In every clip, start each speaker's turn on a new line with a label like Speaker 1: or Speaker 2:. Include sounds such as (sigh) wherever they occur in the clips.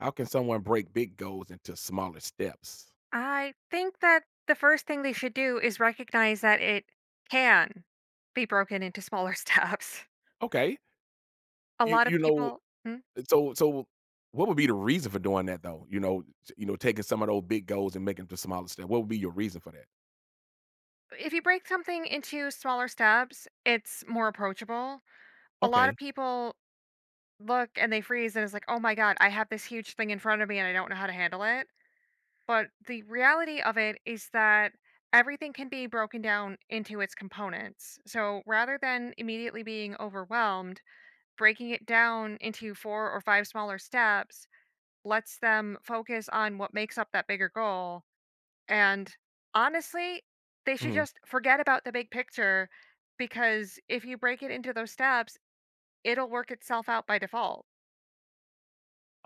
Speaker 1: How can someone break big goals into smaller steps?
Speaker 2: I think that the first thing they should do is recognize that it can be broken into smaller (laughs) steps.
Speaker 1: Okay.
Speaker 2: A
Speaker 1: You
Speaker 2: lot of
Speaker 1: you know,
Speaker 2: people. Hmm?
Speaker 1: so what would be the reason for doing that though? You know, taking some of those big goals and making them to smaller steps. What would be your reason for that?
Speaker 2: If you break something into smaller steps, it's more approachable. A lot of
Speaker 1: Okay.
Speaker 2: people look and they freeze and it's like, "Oh my god, I have this huge thing in front of me and I don't know how to handle it." But the reality of it is that everything can be broken down into its components. So rather than immediately being overwhelmed, breaking it down into 4 or 5 smaller steps lets them focus on what makes up that bigger goal, and honestly, they should
Speaker 1: Mhm.
Speaker 2: just forget about the big picture, because if you break it into those steps, it'll work itself out by default.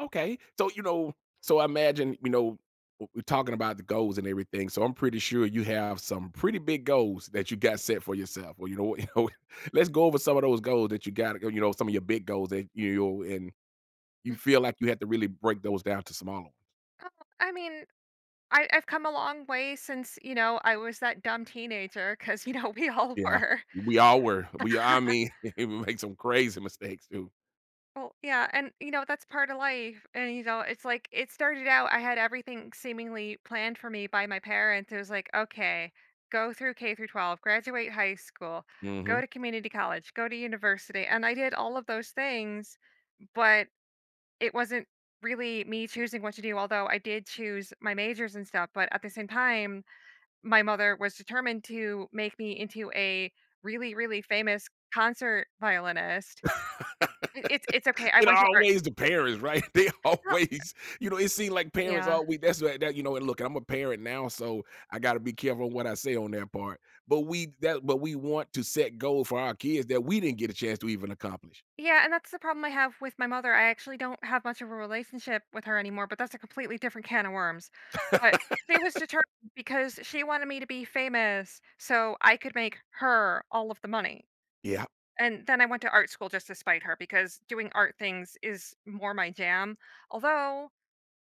Speaker 1: Okay. So I imagine, we're talking about the goals and everything. So I'm pretty sure you have some pretty big goals that you got set for yourself. Well, you know what, (laughs) let's go over some of those goals that you got, some of your big goals that and you feel like you have to really break those down to smaller.
Speaker 2: Oh, I mean, I've come a long way since, you know, I was that dumb teenager, because you know, (laughs) we all
Speaker 1: Yeah.
Speaker 2: were.
Speaker 1: We all were. We I mean, (laughs) we make some crazy mistakes too.
Speaker 2: Well, yeah, and you know, that's part of life. And you know, it's like it started out, I had everything seemingly planned for me by my parents. It was like, okay, go through K through 12, graduate high school, go
Speaker 1: Mhm.
Speaker 2: to community college, go to university. And I did all of those things, but it wasn't really me choosing what to do, although I did choose my majors and stuff. But at the same time, my mother was determined to make me into a really, really famous concert violinist. It's okay. I
Speaker 1: It
Speaker 2: went to art.
Speaker 1: always the parents, right? (laughs) They always it seemed like parents
Speaker 2: Yeah.
Speaker 1: always that's what that and look, I'm a parent now, so I gotta be careful on what I say on that part. But we that but we want to set goals for our kids that we didn't get a chance to even accomplish.
Speaker 2: Yeah, and that's the problem I have with my mother. I actually don't have much of a relationship with her anymore, but that's a completely different can of worms. But she was determined because she wanted me to be famous so I could make her all of the money.
Speaker 1: Yeah.
Speaker 2: And then I went to art school just to spite her because doing art things is more my jam. Although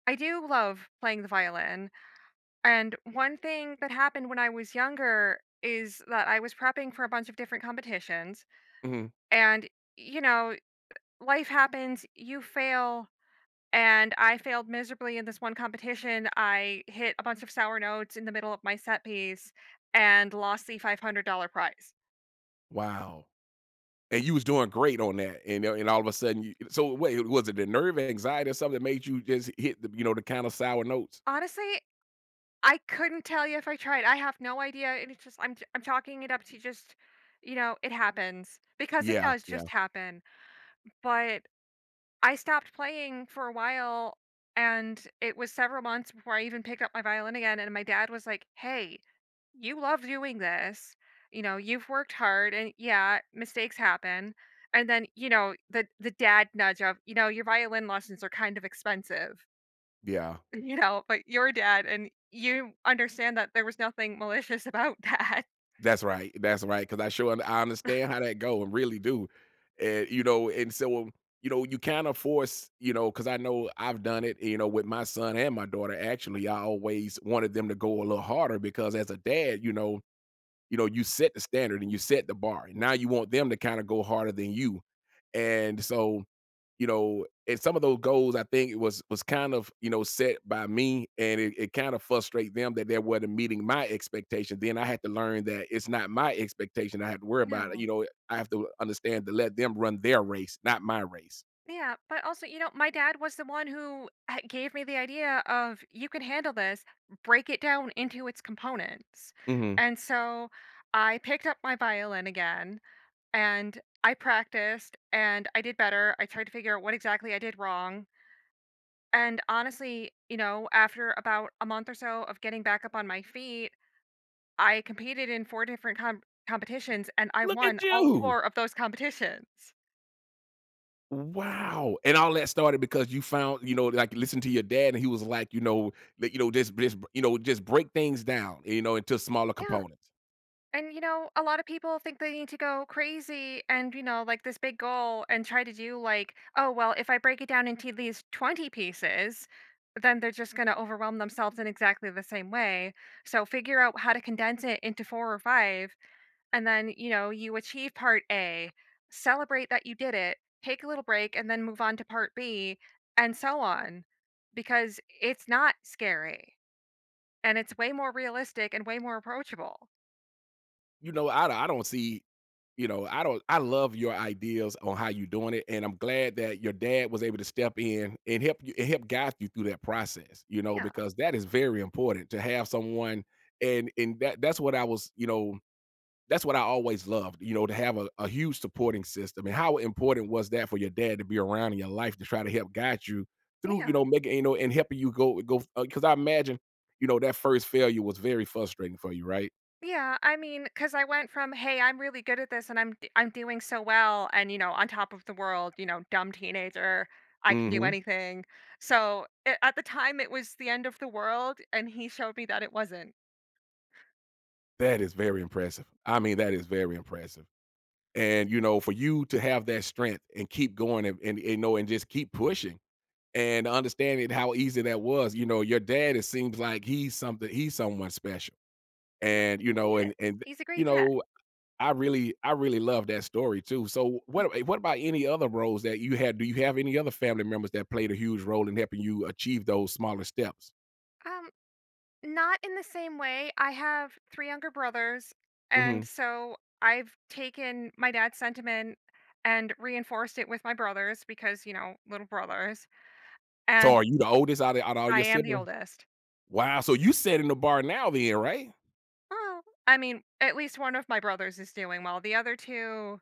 Speaker 2: I do love playing the violin. And one thing that happened when I was younger is that I was prepping for a bunch of different competitions.
Speaker 1: Mhm.
Speaker 2: And, you know, life happens, you fail, and I failed miserably in this one competition. I hit a bunch of sour notes in the middle of my set piece and lost the $500 prize.
Speaker 1: Wow. And you was doing great on that, and a and all of a sudden you so wait, was it the nerve, anxiety, or something that made you just hit the the kind of sour notes?
Speaker 2: Honestly, I couldn't tell you if I tried. I have no idea, and it's just I'm chalking it up to just, you know, it happens because it
Speaker 1: Yeah,
Speaker 2: does
Speaker 1: yeah,
Speaker 2: just happen. But I stopped playing for a while, and it was several months before I even picked up my violin again, and my dad was like, "Hey, you love doing this. You know, you've worked hard and yeah, mistakes happen." And then, you know, the dad nudge of, "You know, your violin lessons are kind of expensive." (laughs)
Speaker 1: yeah.
Speaker 2: You know, but you're dad and you understand that there was nothing malicious about that.
Speaker 1: That's right, that's right. Because I understand how that go, and really do, and, so, you kinda force because I know I've done it, with my son and my daughter, actually, I always wanted them to go a little harder because as a dad, you set the standard and you set the bar, and now you want them to kinda go harder than you, and so you know, and some of those goals, I think it was kind of set by me, and it kind of frustrated them that they wasn't meeting my expectation. Then I had to learn that it's not my expectation I have to worry
Speaker 2: (laughs)
Speaker 1: about. You
Speaker 2: No.
Speaker 1: know, I have to understand to let them run their race, not my race.
Speaker 2: Yeah, but also, you know, my dad was the one who gave me the idea of you can handle this, break it down into its components.
Speaker 1: Hmm.
Speaker 2: And so I picked up my violin again and I practiced and I did better. I tried to figure out what exactly I did wrong. And honestly, you know, after about a month or so of getting back up on my feet, I competed in four different competitions and I
Speaker 1: Look at
Speaker 2: won all
Speaker 1: you.
Speaker 2: four of those competitions.
Speaker 1: Wow. And all that started because you found, like listen to your dad and he was like, that, just break things down, into smaller
Speaker 2: Yeah.
Speaker 1: components.
Speaker 2: And you know, a lot of people think they need to go crazy and, you know, like this big goal and try to do like, oh, well, if I break it down into these 20 pieces, then they're just going to overwhelm themselves in exactly the same way. So figure out how to condense it into four or five. And then, you know, you achieve part A, celebrate that you did it, take a little break, and then move on to part B, and so on. Because it's not scary and it's way more realistic and way more approachable.
Speaker 1: You know, I don't see I don't I love your ideas on how you doing it, and I'm glad that your dad was able to step in and help you and help guide you through that process,
Speaker 2: Yeah.
Speaker 1: because that is very important to have someone and that's what I was, that's what I always loved, to have a huge supporting system. And how important was that for your dad to be around in your life to try to help guide you through, you
Speaker 2: Yeah.
Speaker 1: know, making you know and helping you go because I imagine, that first failure was very frustrating for you, right?
Speaker 2: Yeah, I mean, cause I went from, "Hey, I'm really good at this and I'm doing so well," and, you know, on top of the world, you know, dumb teenager, I can do
Speaker 1: Hmm.
Speaker 2: anything. So, a at the time, it was the end of the world, and he showed me that it wasn't.
Speaker 1: That is very impressive. I mean, that is very impressive. And for you to have that strength and keep going and and just keep pushing and understanding how easy that was. You know, your dad it seems like he's someone special.
Speaker 2: Well, he is.
Speaker 1: And
Speaker 2: He's a great
Speaker 1: you
Speaker 2: dad.
Speaker 1: know, I really love that story too. So what about any other roles that you had? Do you have any other family members that played a huge role in helping you achieve those smaller steps?
Speaker 2: Um, Not in the same way. I have 3 younger brothers, and
Speaker 1: Mhm.
Speaker 2: so I've taken my dad's sentiment and reinforced it with my brothers because, you know, little brothers.
Speaker 1: So
Speaker 2: And
Speaker 1: are you the oldest out of all
Speaker 2: I
Speaker 1: your
Speaker 2: am the
Speaker 1: siblings?
Speaker 2: oldest.
Speaker 1: Wow. So you setting the bar now then, right?
Speaker 2: Oh, I mean, at least one of my brothers is doing well. The other 2,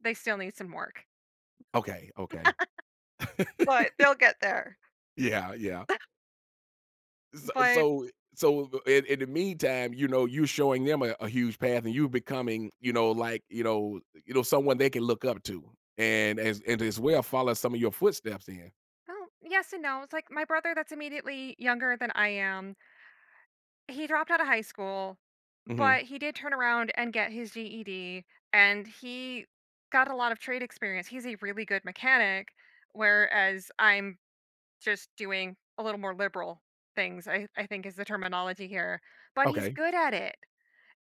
Speaker 2: they still need some work.
Speaker 1: Okay, okay.
Speaker 2: But they'll get there.
Speaker 1: Yeah, yeah. So
Speaker 2: But
Speaker 1: so so in the meantime, you're showing them a huge path and you becoming, like, someone they can look up to and as well follow some of your footsteps in.
Speaker 2: well, yes and no. It's like my brother that's immediately younger than I am, he dropped out of high school.
Speaker 1: Mhm.
Speaker 2: But he did turn around and get his GED, and he got a lot of trade experience. He's a really good mechanic, whereas I'm just doing a little more liberal things, I think is the terminology here. But he's
Speaker 1: Okay.
Speaker 2: good at it.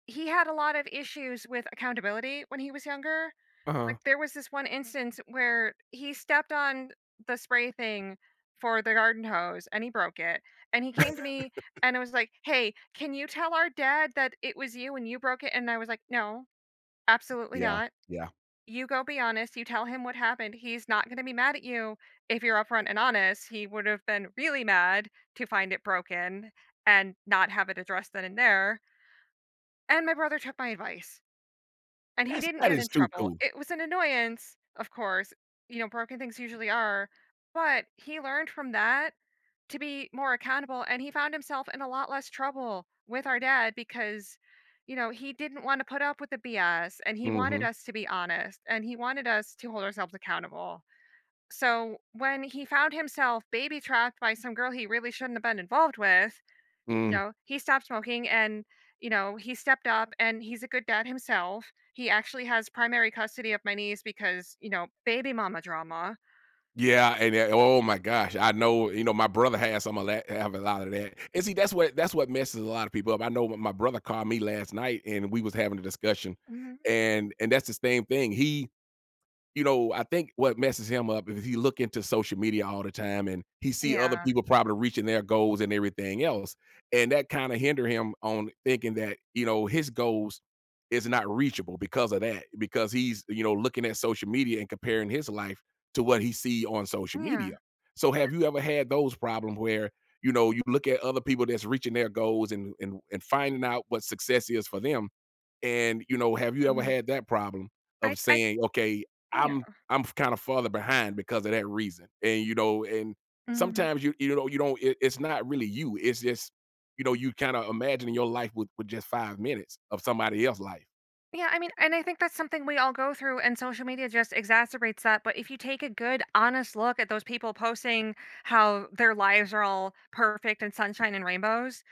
Speaker 2: He had a lot of issues with accountability when he was younger.
Speaker 1: Uh-huh.
Speaker 2: Like, there was this one instance where he stepped on the spray thing for the garden hose, and he broke it, and he came to me and I was like, "Hey, can you tell our dad that it was you and you broke it?" And I was like, "No, absolutely
Speaker 1: Yeah.
Speaker 2: not.
Speaker 1: Yeah.
Speaker 2: You go be honest, you tell him what happened. He's not gonna be mad at you if you're upfront and honest. He would have been really mad to find it broken and not have it addressed then and there." And my brother took my advice. And he didn't
Speaker 1: That
Speaker 2: get in
Speaker 1: is too
Speaker 2: trouble.
Speaker 1: cool.
Speaker 2: It was an annoyance, of course, you know, broken things usually are, but he learned from that to be more accountable and he found himself in a lot less trouble with our dad because you know, he didn't want to put up with the BS and he wanted
Speaker 1: Mhm.
Speaker 2: us to be honest and he wanted us to hold ourselves accountable. So when he found himself baby trapped by some girl he really shouldn't have been involved with, you
Speaker 1: Mhm.
Speaker 2: know, he stopped smoking and, you know, he stepped up and he's a good dad himself. He actually has primary custody of my niece because, you know, baby mama drama.
Speaker 1: Yeah, and oh my gosh, I know. You know, my brother has some of that. Have a lot of that. And see, that's what messes a lot of people up. I know my brother called me last night, and we was having a discussion,
Speaker 2: Mhm.
Speaker 1: and that's the same thing. I think what messes him up is he look into social media all the time and he see other
Speaker 2: Yeah.
Speaker 1: people probably reaching their goals and everything else. And that kind of hinder him on thinking that, his goals is not reachable because of that, because he's, looking at social media and comparing his life to what he see on social
Speaker 2: Yeah.
Speaker 1: media. So have you ever had those problems where, you look at other people that's reaching their goals and finding out what success is for them and, have you ever
Speaker 2: Mhm.
Speaker 1: had that problem of
Speaker 2: I
Speaker 1: saying, "Okay,
Speaker 2: yeah.
Speaker 1: I'm kind of farther behind because of that reason." And
Speaker 2: Mhm.
Speaker 1: sometimes you don't it's not really you. It's just, you kind of imagining your life with just 5 minutes of somebody else's life.
Speaker 2: Yeah, I mean, and I think that's something we all go through, and social media just exacerbates that. But if you take a good, honest look at those people posting how their lives are all perfect and sunshine and rainbows,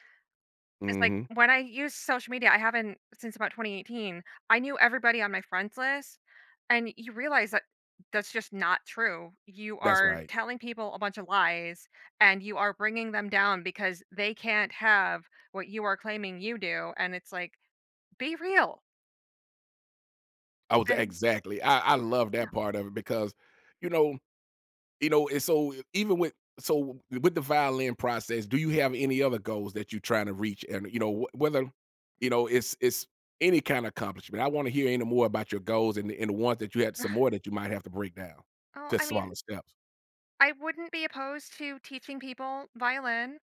Speaker 2: it's like
Speaker 1: Mhm.
Speaker 2: when I use social media, I haven't since about 2018. I knew everybody on my friends list, and you realize that that's just not true. You
Speaker 1: That's
Speaker 2: are
Speaker 1: right.
Speaker 2: telling people a bunch of lies, and you are bringing them down because they can't have what you are claiming you do. And it's like, be real.
Speaker 1: I was
Speaker 2: And
Speaker 1: exactly. I love that
Speaker 2: yeah,
Speaker 1: part of it because, you know You know, and so even with the violin process, do you have any other goals that you're trying to reach? And whether it's any kind of accomplishment. I want to hear any more about your goals and and the ones that you had some
Speaker 2: (sighs)
Speaker 1: more
Speaker 2: (laughs)
Speaker 1: that you might have to break down.
Speaker 2: oh, I
Speaker 1: Just
Speaker 2: mean,
Speaker 1: smaller steps.
Speaker 2: I wouldn't be opposed to teaching people violin.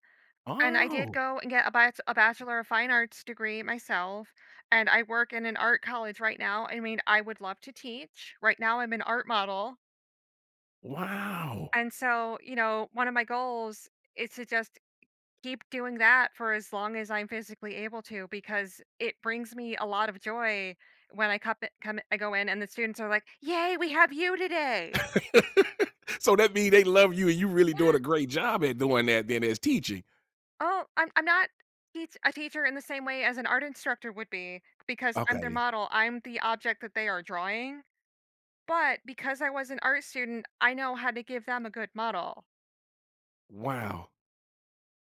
Speaker 2: And I did
Speaker 1: Oh,
Speaker 2: go and get a Bachelor of Fine Arts degree myself, and I work in an art college right now. I mean, I would love to teach. Right now, I'm an art model,
Speaker 1: wow.
Speaker 2: and so, you know, one of my goals is to just keep doing that for as long as I'm physically able to because it brings me a lot of joy when I come come I go in and the students are like, "Yay, we have you today."
Speaker 1: (laughs) So that means they love you and you really doing a great job at doing that then as teaching.
Speaker 2: Oh, I'm not teacher in the same way as an art instructor would be because I'm their
Speaker 1: Okay.
Speaker 2: model. I'm the object that they are drawing. But because I was an art student, I know how to give them a good model.
Speaker 1: Wow.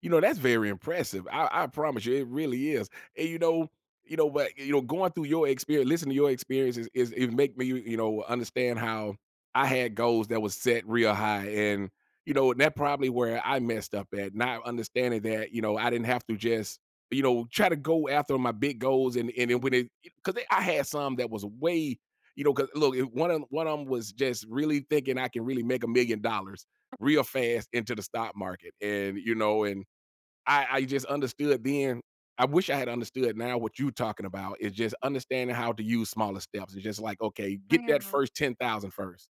Speaker 1: You know, that's very impressive. I promise you, it really is. And, going through your experience listening to your experiences is it make me, understand how I had goals that was set real high, and that probably where I messed up at, not understanding that, I didn't have to just, try to go after my big goals and then when
Speaker 2: Mhm.
Speaker 1: because I had some that was way because look, if one of them was just really thinking I can really make $1,000,000 real fast into the stock market, and, I just understood then. I wish I had understood now what you're talking about is just understanding how to use smaller steps. It's just like, okay, get that
Speaker 2: Yeah.
Speaker 1: first 10,000 first.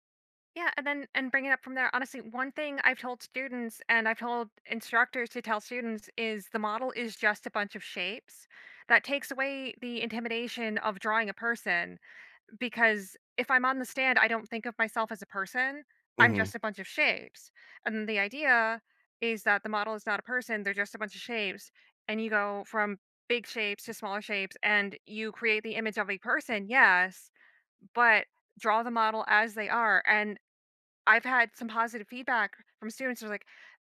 Speaker 2: Yeah, and then and bring it up from there. Honestly, one thing I've told students and I've told instructors to tell students is the model is just a bunch of shapes. That takes away the intimidation of drawing a person. Because if I'm on the stand, I don't think of myself as a person.
Speaker 1: first.
Speaker 2: I'm
Speaker 1: Hmm.
Speaker 2: just a bunch of shapes. And the idea is that the model is not a person, they're just a bunch of shapes. And you go from big shapes to smaller shapes and you create the image of a person, yes, but draw the model as they are. And I've had some positive feedback from students who are like,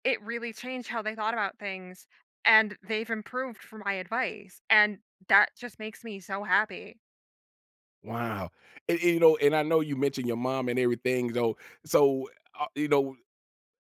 Speaker 2: it really changed how they thought about things and they've improved from my advice. And that just makes me so happy.
Speaker 1: Wow. And, I know you mentioned your mom and everything. So, uh, you know,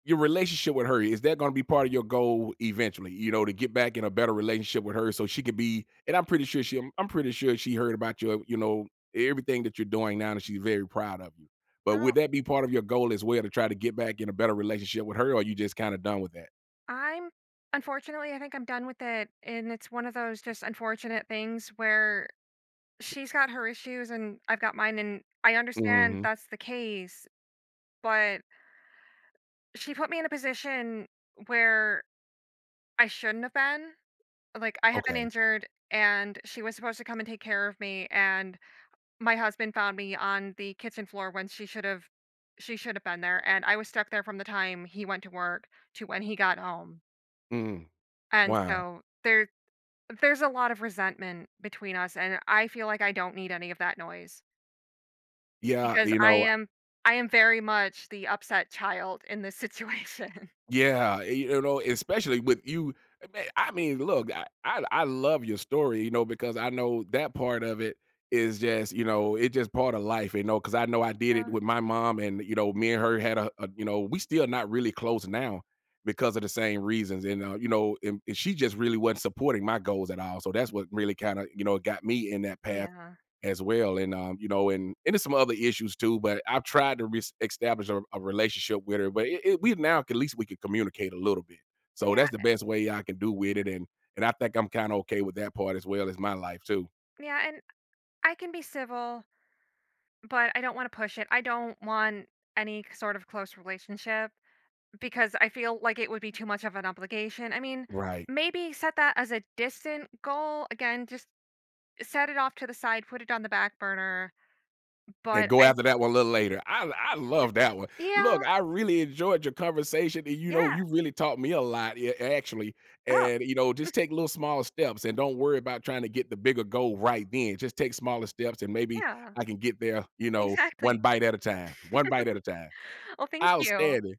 Speaker 1: your relationship with her, is that gonna be part of your goal eventually, to get back in a better relationship with her so she could be and I'm pretty sure she I'm pretty sure she heard about everything that you're doing now and she's very proud of you. But
Speaker 2: Oh,
Speaker 1: would that be part of your goal as well to try to get back in a better relationship with her, or you just kinda done with that?
Speaker 2: I'm unfortunately, I think I'm done with it. And it's one of those just unfortunate things where she's got her issues and I've got mine. And I understand
Speaker 1: Mhm.
Speaker 2: that's the case. But she put me in a position where I shouldn't have been. Like, I had been
Speaker 1: Okay.
Speaker 2: injured and she was supposed to come and take care of me. And my husband found me on the kitchen floor when she should have. She should have been there, and I was stuck there from the time he went to work to when he got home.
Speaker 1: Mm.
Speaker 2: And
Speaker 1: Wow.
Speaker 2: so there's a lot of resentment between us, and I feel like I don't need any of that noise
Speaker 1: Yeah,
Speaker 2: because I am very much the upset child in this (laughs) situation.
Speaker 1: Yeah, especially with you. I mean, look, I love your story, because I know that part of it is just, it's just part of life, because I know I did it
Speaker 2: Yeah,
Speaker 1: with my mom and, me and her had we still not really close now because of the same reasons and, you know, and she just really wasn't supporting my goals at all, so that's what really kinda, got me in that path
Speaker 2: yeah.
Speaker 1: as well. And you know, and there's some other issues too. But I've tried to establish a relationship with her. But we now can, at least we can communicate a little bit. So
Speaker 2: Yeah,
Speaker 1: that's the best way I can do with it. And I think I'm kind of okay with that part as well as my life too.
Speaker 2: yeah, and I can be civil, but I don't wanna push it. I don't want any k sort of close relationship because I feel like it would be too much of an obligation. I mean,
Speaker 1: Right.
Speaker 2: maybe set that as a distant goal. Again, just set it off to the side, put it on the back burner,
Speaker 1: And
Speaker 2: but
Speaker 1: go
Speaker 2: I
Speaker 1: after that one a little later. I love that one.
Speaker 2: yeah,
Speaker 1: Look, I really enjoyed your conversation, and,
Speaker 2: yeah.
Speaker 1: you really taught me a lot, yeah, actually,
Speaker 2: Oh,
Speaker 1: and, just take little small steps and don't worry about trying to get the bigger goal right then. Just take smaller steps, and maybe
Speaker 2: yeah.
Speaker 1: I can get there, one
Speaker 2: Exactly.
Speaker 1: bite at a time, one bite at a time.
Speaker 2: Well, thank you.
Speaker 1: Outstanding.